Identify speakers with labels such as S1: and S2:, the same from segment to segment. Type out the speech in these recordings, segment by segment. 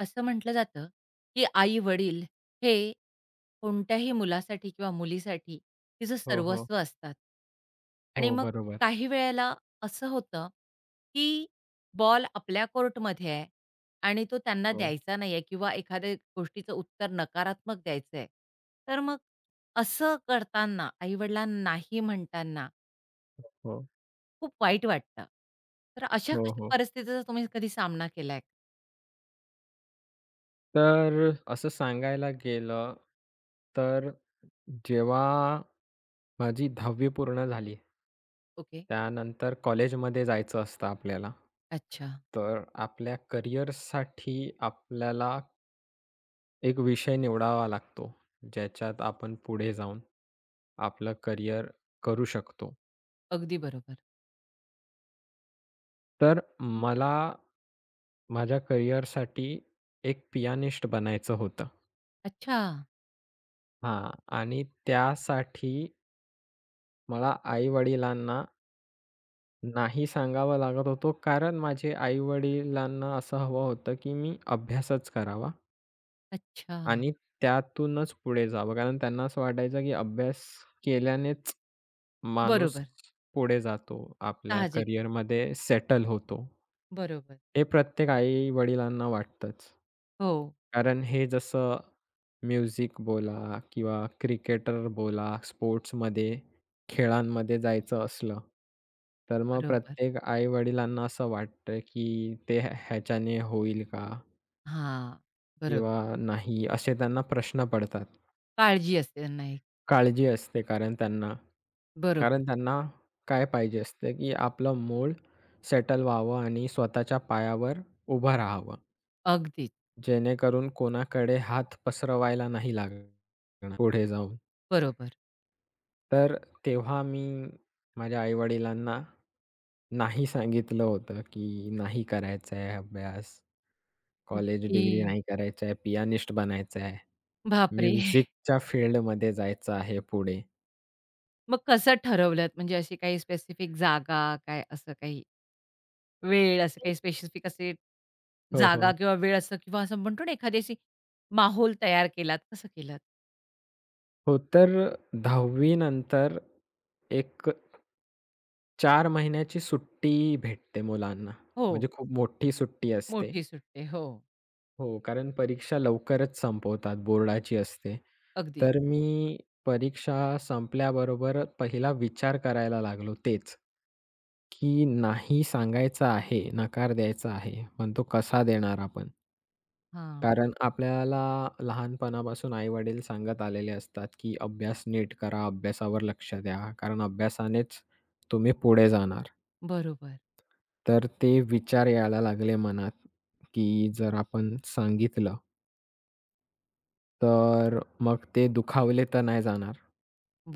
S1: असं म्हटलं जातं, की आई-वडील हे कोणत्याही मुलासाठी किंवा मुलीसाठी तिचं
S2: हो, हो.
S1: सर्वस्व असतात. आणि
S2: हो,
S1: मग
S2: बरोबर.
S1: काही वेळेला असं होतं, की बॉल आपल्या कोर्टमध्ये आहे आणि तो त्यांना
S2: हो,
S1: द्यायचा नाहीये किंवा एखाद्या गोष्टीचं उत्तर नकारात्मक द्यायचंय. तर मग असं करताना, आई नाही म्हणताना
S2: हो.
S1: खूप वाईट वाटतं. तर अशा
S2: हो,
S1: कश
S2: हो.
S1: परिस्थितीचा तुम्ही कधी सामना केलाय?
S2: तर असं सांगायला गेलं, तर जेव्हा माझी 10वी पूर्ण झाली
S1: ओके.
S2: त्यानंतर कॉलेजमध्ये जायचं असतं आपल्याला.
S1: अच्छा.
S2: तर आपल्या करिअरसाठी आपल्याला एक विषय निवडावा लागतो, ज्याच्यात आपण पुढे जाऊन आपलं करिअर करू शकतो.
S1: अगदी बरोबर.
S2: तर मला माझ्या करिअरसाठी एक पियानिस्ट बनायचं होतं.
S1: अच्छा,
S2: हां. आणि त्यासाठी मला आई-वडिलांना नाही सांगावं लागत होतं, कारण माझे आई-वडिलांना असं हवं होतं, की मी अभ्यासच करावा
S1: अच्छा.
S2: आणि त्यातूनच पुढे जावं. कारण त्यांना असं वाटायचं, की अभ्यास केल्यानेच माणूस
S1: बरोबर.
S2: पुढे जातो, आपल्या
S1: साहजिक.
S2: करिअरमध्ये सेटल होतो.
S1: बरोबर.
S2: हे प्रत्येक आई-वडिलांना वाटतंच.
S1: हो,
S2: कारण हे जसं म्युझिक बोला किंवा क्रिकेटर बोला, स्पोर्ट्समध्ये, खेळांमध्ये जायचं असलं, तर मग
S1: बरोबर.
S2: प्रत्येक आई-वडिलांना असं वाटतं, की ते ह्याच्याने होईल का?
S1: हां, बरोबर.
S2: किंवा नाही असे त्यांना प्रश्न पडतात.
S1: काळजी असते त्यांना एक.
S2: काळजी असते कारण त्यांना.
S1: बरोबर.
S2: कारण त्यांना काय पाहिजे असतं, की आपलं मूळ सेटल व्हावं आणि स्वतःच्या पायावर उभं राहावं.
S1: अगदीच,
S2: जेणेकरून कोणाकडे हात पसरवायला नाही लागणार पुढे जाऊन.
S1: बरोबर.
S2: तर तेव्हा मी माझ्या आई-वडिलांना नाही सांगितलं होतं, की नाही करायचा आहे अभ्यास, कॉलेज
S1: ओके.
S2: डिग्री नाही करायचं आहे, पियानिस्ट बनायचं आहे.
S1: बापरे!
S2: म्युझिकच्या फील्डमध्ये जायचं आहे पुढे.
S1: मग कसं ठरवलत? म्हणजे अशी काही स्पेसिफिक जागा, काय असं काही वेळ, असं काही स्पेसिफिक असे
S2: हो,
S1: जागा
S2: हो.
S1: किंवा वेळ असं किंवा असं म्हणतो ना, एखादी अशी माहोल तयार केलात, कसं केलात?
S2: हो, तर 10वी नंतर एक चार महिन्याची सुट्टी भेटते मुलांना.
S1: हो,
S2: म्हणजे खूप मोठी सुट्टी असते.
S1: मोठी सुट्टी. हो,
S2: हो, कारण परीक्षा लवकरच संपवतात, बोर्डाची असते.
S1: अगदीच.
S2: तर मी परीक्षा संपल्याबरोबर पहिला विचार करायला लागलो तेच, की नाही सांगायचं आहे, नकार द्यायचा आहे, पण तो कसा देणार आपण?
S1: हां,
S2: कारण आपल्याला लहानपणापासून आई-वडील सांगत आलेले असतात, की अभ्यास नीट करा, अभ्यासावर लक्ष द्या, कारण अभ्यासानेच तुम्ही पुढे जाणार.
S1: बरोबर,
S2: तर ते विचार यायला लागले मनात, की जर आपण सांगितलं, तर मग ते दुखावले तर नाही जाणार.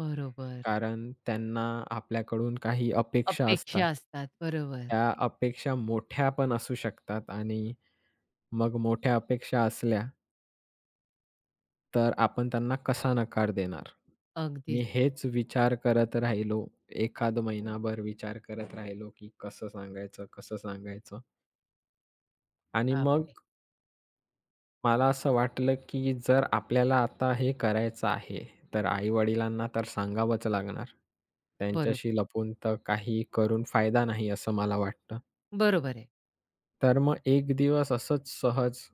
S1: बरोबर.
S2: कारण त्यांना आपल्याकडून काही अपेक्षा असतात.
S1: अपेक्षा असतात. बरोबर.
S2: त्या अपेक्षा मोठ्या पण असू शकतात आणि मग मोठ्या अपेक्षा असल्या, तर आपण त्यांना कसा नकार देणार? मी
S1: अगदीच.
S2: हेच विचार करत राहिलो. एखाद महिनाभर विचार करत राहिलो, की कसं सांगायचं, कसं सांगायचं? आणि
S1: बापरे!
S2: मग मला असं वाटलं, की जर आपल्याला आता हे करायचं आहे, तर आई-वडिलांना तर सांगावंच लागणार.
S1: बरोबर.
S2: त्यांच्याशी लपून तर काही करून फायदा नाही असं मला वाटतं.
S1: बरोबर आहे.
S2: तर मग एक दिवस असंच सहज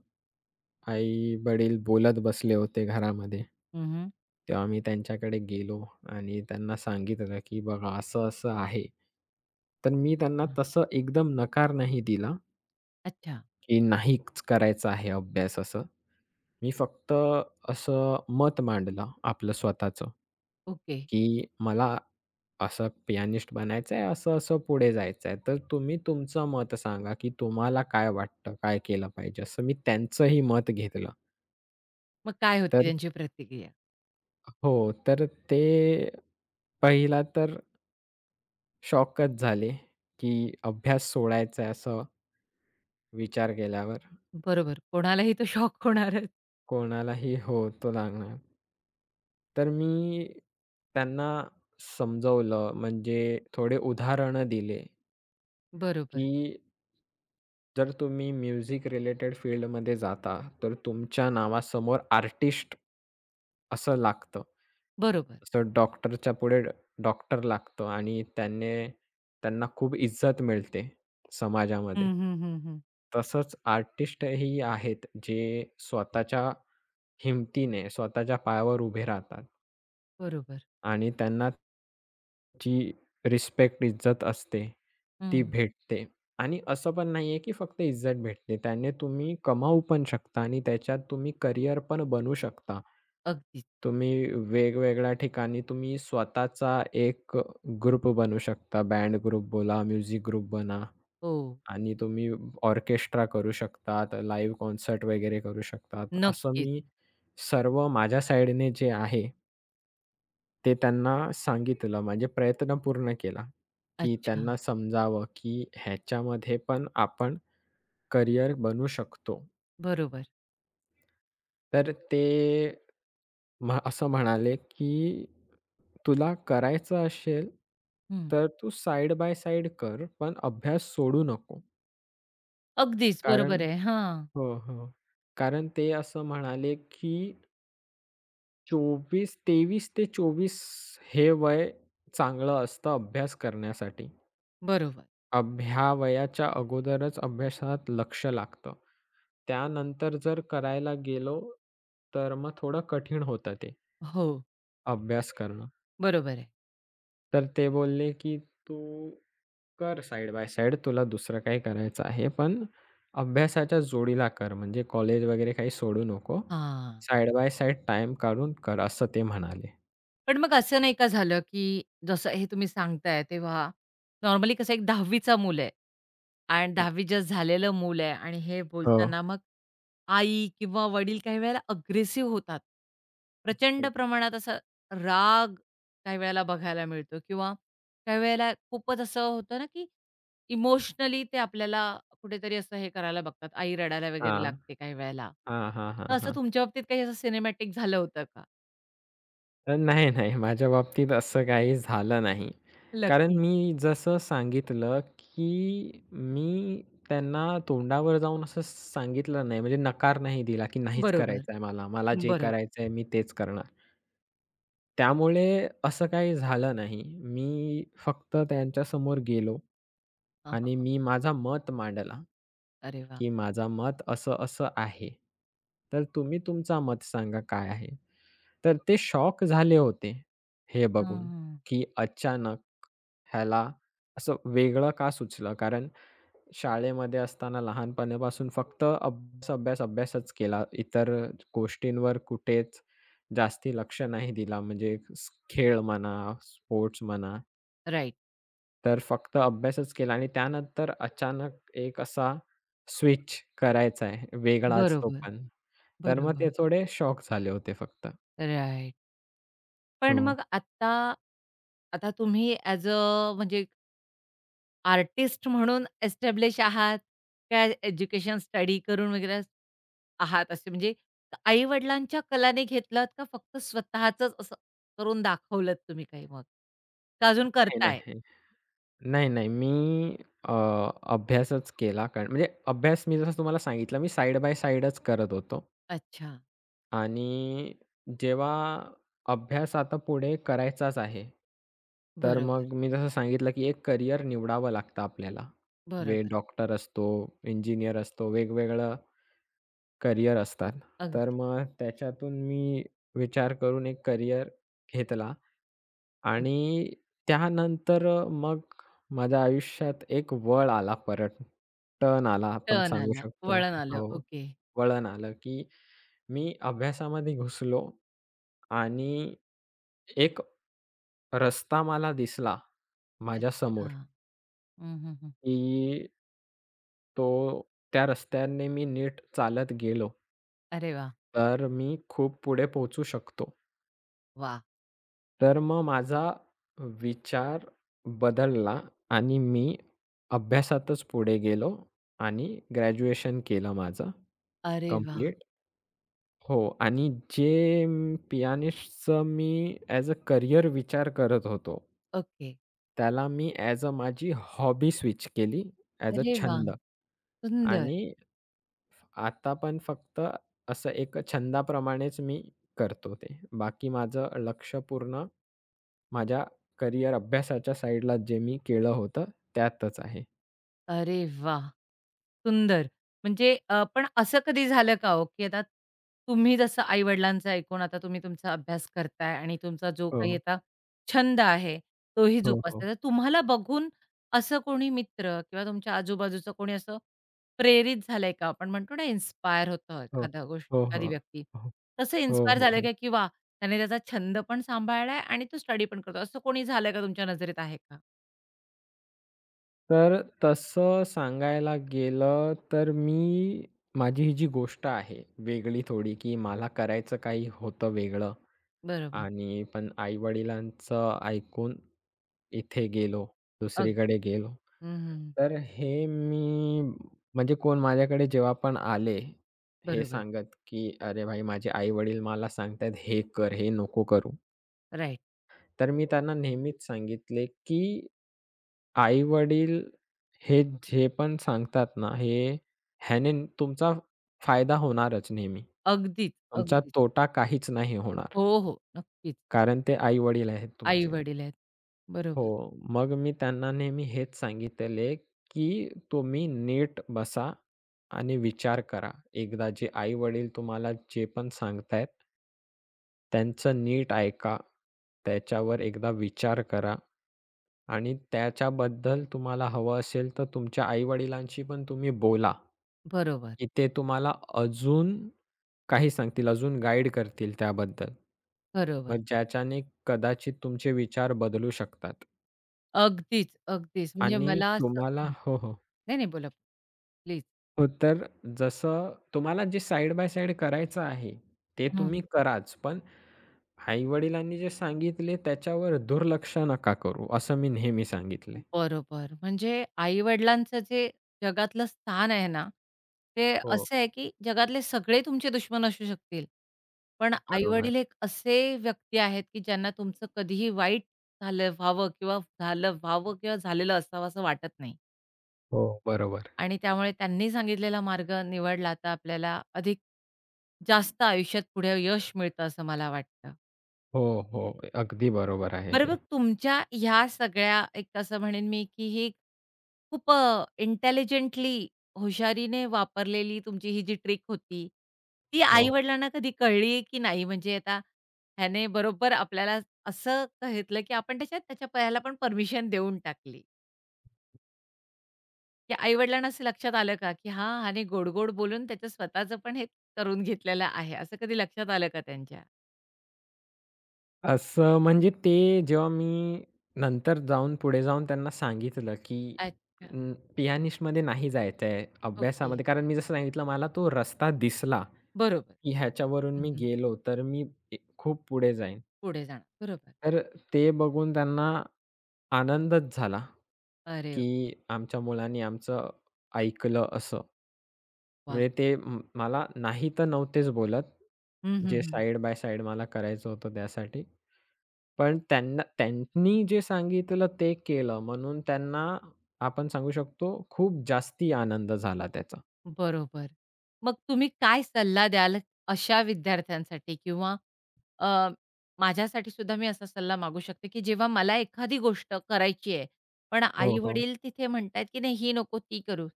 S2: आई-वडील बोलत बसले होते घरामध्ये.
S1: हं, हं.
S2: तेव्हा मी त्यांच्याकडे गेलो आणि त्यांना सांगितलं, की "बघा असं-असं आहे." तर मी त्यांना
S1: हां.
S2: तसं एकदम नकार नाही दिला,
S1: अच्छा.
S2: की नाहीच करायचा आहे अभ्यास असं. मी फक्त असं मत मांडलं आपलं स्वतःचं,
S1: ओके.
S2: की मला असं पियानिस्ट बनायचं आहे, असं-असं पुढे जायचं आहे. तर तुम्ही तुमचं मत सांगा, की तुम्हाला काय वाटतं, काय केलं पाहिजे? असं मी त्यांचंही मत घेतलं.
S1: मग काय होती
S2: तर
S1: त्यांची प्रतिक्रिया?
S2: हो, तर ते पहिला तर शॉकच झाले, की अभ्यास सोडायचा आहे असं विचार केल्यावर.
S1: बरोबर. कोणालाही तो शॉक होणारच.
S2: कोणालाही हो, तो लागणार. तर मी त्यांना समजवलं म्हणजे थोडे उदाहरणं दिले,
S1: बरोबर.
S2: की जर तुम्ही म्युझिक रिलेटेड फील्डमध्ये जाता, तर तुमच्या नावासमोर आर्टिस्ट असं लागतं.
S1: बरोबर.
S2: असं डॉक्टरच्या पुढे डॉक्टर लागतं आणि त्याने त्यांना खूप इज्जत मिळते समाजामध्ये.
S1: हं, हं, हं, हं.
S2: तसंच आर्टिस्टही आहेत, जे स्वतःच्या हिमतीने, स्वतःच्या पायावर उभे राहतात.
S1: बरोबर.
S2: आणि त्यांना जी रिस्पेक्ट, इज्जत असते, ती
S1: हं.
S2: भेटते. आणि असं पण नाहीये की फक्त इज्जत भेटते. त्याने तुम्ही कमावू पण शकता आणि त्याच्यात तुम्ही करियर पण बनवू शकता.
S1: अगदीच.
S2: तुम्ही वेगवेगळ्या ठिकाणी तुम्ही स्वतःचा एक ग्रुप बनवू शकता. बँड ग्रुप बोला, म्युझिक ग्रुप बना
S1: हो.
S2: आणि तुम्ही ऑर्केस्ट्रा करू शकतात, लाईव्ह कॉन्सर्ट वगैरे करू शकतात. असं
S1: नक्कीच.
S2: मी सर्व माझ्या साईडने जे आहे ते त्यांना सांगितलं म्हणजे प्रयत्न पूर्ण केला, की
S1: अच्छा.
S2: त्यांना समजावं, की ह्याच्यामध्ये पण आपण करियर बनू शकतो.
S1: बरोबर.
S2: तर ते असं म्हणाले, की "तुला करायचं असेल,
S1: हं.
S2: तर तू साइड बाय साइड कर, पण अभ्यास सोडू नको."
S1: अगदीच.
S2: कारण
S1: बरोबर आहे. हां.
S2: हो, हो. कारण ते असं म्हणाले, की 24 23 ते 24 हे वय चांगलं असतं अभ्यास करण्यासाठी.
S1: बरोबर.
S2: अभ्या वयाच्या अगोदरच अभ्यासात लक्ष लागतं. त्यानंतर जर करायला गेलो, तर मग थोडं कठीण होतं ते
S1: हो.
S2: अभ्यास करणं.
S1: बरोबर आहे.
S2: तर ते बोलले, की "तू कर साइड बाय साइड तुला दुसरं काही करायचं आहे, पण अभ्यासाच्या जोडीला कर म्हणजे कॉलेज वगैरे काही सोडू नको.
S1: हां.
S2: साइड बाय साइड टाईम काढून कर." असं ते म्हणाले.
S1: पण मग असं नाही का झालं, की जसं हे तुम्ही सांगताय तेव्हा नॉर्मली कसं एक 10वी चा मूल आहे आणि
S2: हो,
S1: 10वी जस्ट झालेलं मूल आहे आणि हे
S2: हो.
S1: बोलताना मग आई किंवा वडील काही वेळेला अग्रेसिव्ह होतात. प्रचंड
S2: हो.
S1: प्रमाणात असा राग काही वेळेला बघायला मिळतो किंवा काही वेळेला खूपच असं होतं ना, की इमोशनली ते आपल्याला कुठेतरी असं हे करायला बघतात. आई रडायला वगैरे
S2: हां.
S1: लागते काही वेळेला.
S2: हां, हां,
S1: तर असं
S2: हां,
S1: तुमच्या बाबतीत काही असं सिनेमॅटिक झालं होतं का?
S2: नाही, नाही. माझ्या बाबतीत असं काही झालं नाही. कारण
S1: लकी.
S2: मी जसं सांगितलं, की मी त्यांना तोंडावर जाऊन असं सांगितलं नाही, म्हणजे नकार नाही दिला, की नाहीच
S1: बरोबर.
S2: करायचं आहे मला. मला जे
S1: बरोबर.
S2: करायचं आहे मी तेच करणार. त्यामुळे असं काही झालं नाही. मी फक्त त्यांच्यासमोर गेलो
S1: हां, हां,
S2: आणि
S1: हां.
S2: मी माझा मत मांडला.
S1: अरे वाह!
S2: की माझं मत असं-असं आहे. तर तुम्ही तुमचा मत सांगा काय आहे? तर ते शॉक झाले होते हे बघून,
S1: हां.
S2: की अचानक ह्याला असं वेगळं का सुचलं? कारण शाळेमध्ये असताना लहानपणापासून फक्त अभ्यास, अभ्यास, अभ्यासच केला. इतर गोष्टींवर कुठेच जास्ती लक्ष नाही दिला म्हणजे खेळ म्हणा, स्पोर्ट्स म्हणा.
S1: राइट.
S2: तर फक्त अभ्यासच केला आणि त्यानंतर अचानक एक असा स्विच करायचा आहे, वेगळाच तो
S1: बरोबर,
S2: पण. तर मग ते
S1: बरोबर.
S2: थोडे शॉक झाले होते फक्त.
S1: राइट. पण
S2: हो.
S1: मग आत्ता, आता तुम्ही ॲज अ म्हणजे आर्टिस्ट म्हणून एस्टॅब्लिश आहात, का एज्युकेशन स्टडी करून वगैरे आहात असे म्हणजे आई-वडिलांच्या कलाने घेतलात का फक्त स्वतःचंच असं करून दाखवलत तुम्ही काही मग? का अजून
S2: नाही,
S1: करताय?
S2: नाही. नाही, नाही. मी अ, अभ्यासच केला कारण म्हणजे अभ्यास मी जसं तुम्हाला सांगितलं मी साइड बाय साइडच करत होतो
S1: अच्छा.
S2: आणि जेव्हा अभ्यास आता पुढे करायचाच आहे, तर
S1: बरोबर,
S2: मग मी जसं सांगितलं, की एक करियर निवडावं लागतं आपल्याला. वे
S1: बरोबर.
S2: डॉक्टर असतो, इंजिनिअर असतो, वेगवेगळं करियर असतात. तर
S1: अगदी.
S2: मग त्याच्यातून मी विचार करून एक करियर घेतला आणि त्यानंतर मग माझ्या आयुष्यात एक वळ आला परत. टर्न आला आपण
S1: टर्न
S2: सांगू
S1: आलं,
S2: शकतो.
S1: वळण आलं.
S2: हो,
S1: ओके.
S2: वळण आलं, की मी अभ्यासामध्ये घुसलो आणि एक रस्ता मला दिसला
S1: अच्छा.
S2: माझ्यासमोर,
S1: हं, हं, हं.
S2: की तो त्या रस्त्याने मी नीट चालत गेलो
S1: अरे वाह!
S2: तर मी खूप पुढे पोहोचू शकतो.
S1: वाह!
S2: तर मग माझा विचार बदलला आणि मी अभ्यासातच पुढे गेलो आणि ग्रॅज्युएशन केलं माझं
S1: अरे वाह!
S2: कंप्लीट. हो आणि जे पियानिस्टचं मी ॲज अ करियर विचार करत होतो,
S1: ओके.
S2: त्याला मी ॲज अ माझी हॉबी स्विच केली, ॲज अ
S1: अरे वाह!
S2: छंद
S1: सुंदर.
S2: आणि आता पण फक्त असं एक छंदाप्रमाणेच मी करतो ते. बाकी माझं लक्ष पूर्ण माझ्या करियर अभ्यासाच्या साईडला जे मी केलं होतं त्यातच आहे.
S1: अरे वाह! सुंदर. म्हणजे पण असं कधी झालं का हो, की आता तुम्ही जसं आई-वडिलांचं ऐकून आता तुम्ही तुमचा अभ्यास करताय आणि तुमचा जो काही
S2: हो,
S1: आता छंद आहे, तोही
S2: हो, हो,
S1: जोपासताय. तर तुम्हाला बघून असं कोणी मित्र किंवा तुमच्या आजूबाजूचं कोणी असं प्रेरित झालंय का? आपण म्हणतो ना, इन्स्पायर होतं
S2: हो,
S1: एखादा गोष्ट
S2: हो, हो,
S1: एखादी
S2: हो,
S1: व्यक्ती. तसं
S2: हो,
S1: इन्स्पायर
S2: हो.
S1: झालं
S2: हो.
S1: का, की वाह! त्याने त्याचा छंद पण सांभाळलाय आणि तो स्टडी पण करतो. असं कोणी झालं का तुमच्या नजरेत आहे का?
S2: तर तसं सांगायला गेलं तर मी माझी ही जी गोष्ट आहे वेगळी थोडी, की मला करायचं काही होतं वेगळं
S1: बरोबर.
S2: आणि पण आई-वडिलांचं ऐकून इथे गेलो,
S1: अगदी.
S2: दुसरीकडे गेलो.
S1: हं, हं.
S2: तर हे मी म्हणजे कोण माझ्याकडे जेव्हा पण आले, हे
S1: बरोबर.
S2: सांगत, की "अरे भाई माझे आई-वडील मला सांगतायत हे कर, हे नको करू."
S1: राइट.
S2: तर मी त्यांना नेहमीच सांगितले, की आई-वडील हे जे पण सांगतात ना, हे ह्याने तुमचा फायदा होणारच नेहमी.
S1: अगदीच,
S2: तुमचा
S1: अगदीच.
S2: तोटा काहीच नाही होणार.
S1: हो, हो. नक्कीच.
S2: कारण ते आई-वडील आहेत तुमचे.
S1: आई-वडील आहेत.
S2: हो.
S1: बरोबर,
S2: मग मी त्यांना नेहमी हेच सांगितले, की तुम्ही नीट बसा आणि विचार करा. एकदा जे आई-वडील तुम्हाला जे पण सांगतायत त्यांचं नीट ऐका. त्याच्यावर एकदा विचार करा आणि त्याच्याबद्दल तुम्हाला हवं असेल तर तुमच्या आई-वडिलांशी पण तुम्ही बोला,
S1: बरोबर,
S2: की ते तुम्हाला अजून काही सांगतील, अजून गाईड करतील त्याबद्दल.
S1: बरोबर.
S2: मग ज्याच्याने कदाचित तुमचे विचार बदलू शकतात.
S1: अगदीच, अगदीच. म्हणजे
S2: आणि
S1: मला असं
S2: तुम्हाला
S1: हं.
S2: हो, हो.
S1: नाही, नाही. बोला. प्लीज.
S2: हो, तर जसं तुम्हाला जे साइड बाय साइड करायचं आहे, ते
S1: हं,
S2: तुम्ही
S1: हं,
S2: कराच. पण आई-वडिलांनी जे सांगितले त्याच्यावर दुर्लक्ष नका करू, असं मी नेहमी सांगितले.
S1: हं. बरोबर. म्हणजे आई-वडिलांचं जे जगातलं स्थान आहे ना, ते
S2: हो,
S1: असं आहे, की जगातले सगळे तुमचे दुश्मन असू शकतील. पण
S2: बरोबर.
S1: आई-वडील एक असे व्यक्ती आहेत, की ज्यांना तुमचं कधीही वाईट झालं व्हावं किंवा झालं व्हावं किंवा झालेलं असावं असं वाटत नाही.
S2: हो, बरोबर.
S1: आणि त्यामुळे त्यांनी सांगितलेला मार्ग निवडला तर आपल्याला अधिक जास्त आयुष्यात पुढे यश मिळतं असं मला वाटतं.
S2: हो, हो. अगदी बरोबर आहे
S1: बरं
S2: हे.
S1: मग तुमच्या ह्या सगळ्या एक असं म्हणेन मी, की ही खूप इंटेलिजंटली हुशारीने वापरलेली तुमची ही जी ट्रिक होती, ती
S2: हो.
S1: आई-वडिलांना कधी कळली की नाही? म्हणजे आता ह्याने बरोबर आपल्याला असं सांगितलं, की आपण त्याच्यात त्याच्या ह्याला पण परमिशन देऊन टाकली. की आई-वडिलांना असं लक्षात आलं का, की हां, ह्याने गोड-गोड बोलून त्याचं स्वतःचं पण हे करून घेतलेलं आहे, असं कधी लक्षात आलं का त्यांच्या?
S2: असं म्हणजे ते जेव्हा मी नंतर जाऊन पुढे जाऊन त्यांना सांगितलं, की
S1: अच्छा.
S2: पियानिस्टमध्ये नाही जायचं आहे,
S1: ओके.
S2: अभ्यासामध्ये कारण मी जसं सांगितलं मला तो रस्ता दिसला.
S1: बरोबर.
S2: की ह्याच्यावरून
S1: हं,
S2: मी
S1: हं.
S2: गेलो तर मी खूप पुढे जाईन.
S1: पुढे जाणार. बरोबर.
S2: तर ते बघून त्यांना आनंदच झाला,
S1: अरे
S2: की आमच्या मुलांनी आमचं ऐकलं असं.
S1: वाह!
S2: म्हणजे ते मला नाही तर नव्हतेच बोलत.
S1: हं, हं,
S2: जे
S1: हं.
S2: साइड बाय साइड मला करायचं होतं त्यासाठी. पण त्यांना त्यांनी जे सांगितलं ते केलं म्हणून त्यांना आपण सांगू शकतो खूप जास्ती आनंद झाला त्याचा.
S1: बरोबर. मग तुम्ही काय सल्ला द्याल अशा विद्यार्थ्यांसाठी किंवा अ, माझ्यासाठी सुद्धा मी असा सल्ला मागू शकते, की जेव्हा मला एखादी गोष्ट करायची आहे, पण हो.
S2: हो, हो.
S1: आई-वडील तिथे म्हणतायत, की "नाही, ही नको, ती करू."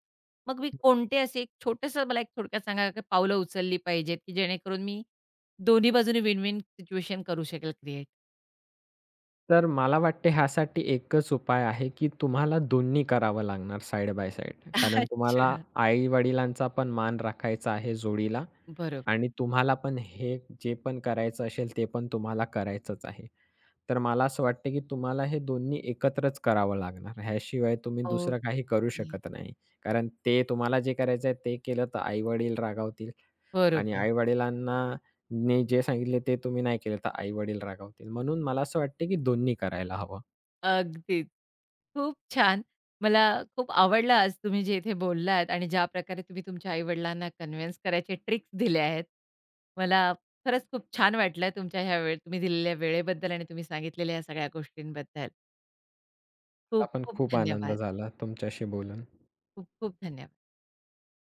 S1: मग मी कोणते असे एक छोटंसं मला एक थोडक्यात सांगा की पावलं उचलली पाहिजेत, की जेणेकरून मी दोन्ही बाजूने विन-विन सिच्युएशन करू शकेल क्रिएट?
S2: तर मला वाटते ह्यासाठी एकच उपाय आहे, की तुम्हाला दोन्ही करावं लागणार साइड बाय साइड. कारण तुम्हाला
S1: अच्छा.
S2: आई-वडिलांचा पण मान राखायचा आहे जोडीला
S1: बरोबर.
S2: आणि तुम्हाला पण हे जे पण करायचं असेल, ते पण तुम्हाला करायचंच आहे. तर मला असं वाटतं, की तुम्हाला हे दोन्ही एकत्रच करावं लागणार. ह्याशिवाय तुम्ही दुसरं
S1: ओके.
S2: काही करू शकत नाही. कारण ते तुम्हाला जे करायचं आहे ते केलं तर आई-वडील रागावतील आणि
S1: बरोबर.
S2: आई-वडिलांना नी जे सांगितले ते तुम्ही नाही केलं तर आई-वडील रागावतील. म्हणून मला असं वाटतं, की दोन्ही करायला हवं.
S1: अगदीच. खूप छान. मला खूप आवडलं आज तुम्ही जे इथे बोललात आणि ज्या प्रकारे तुम्ही तुमच्या आई-वडिलांना कन्व्हिन्स करायचे ट्रिक्स दिल्या आहेत. मला खरंच खूप छान वाटलं तुमच्या ह्या वेळ तुम्ही दिलेल्या वेळेबद्दल आणि तुम्ही सांगितलेल्या या सगळ्या गोष्टींबद्दल.
S2: मला
S1: खूप
S2: पण
S1: खूप
S2: खूप आनंद
S1: धन्यवाद.
S2: झाला तुमच्याशी बोलून.
S1: खूप खूप धन्यवाद.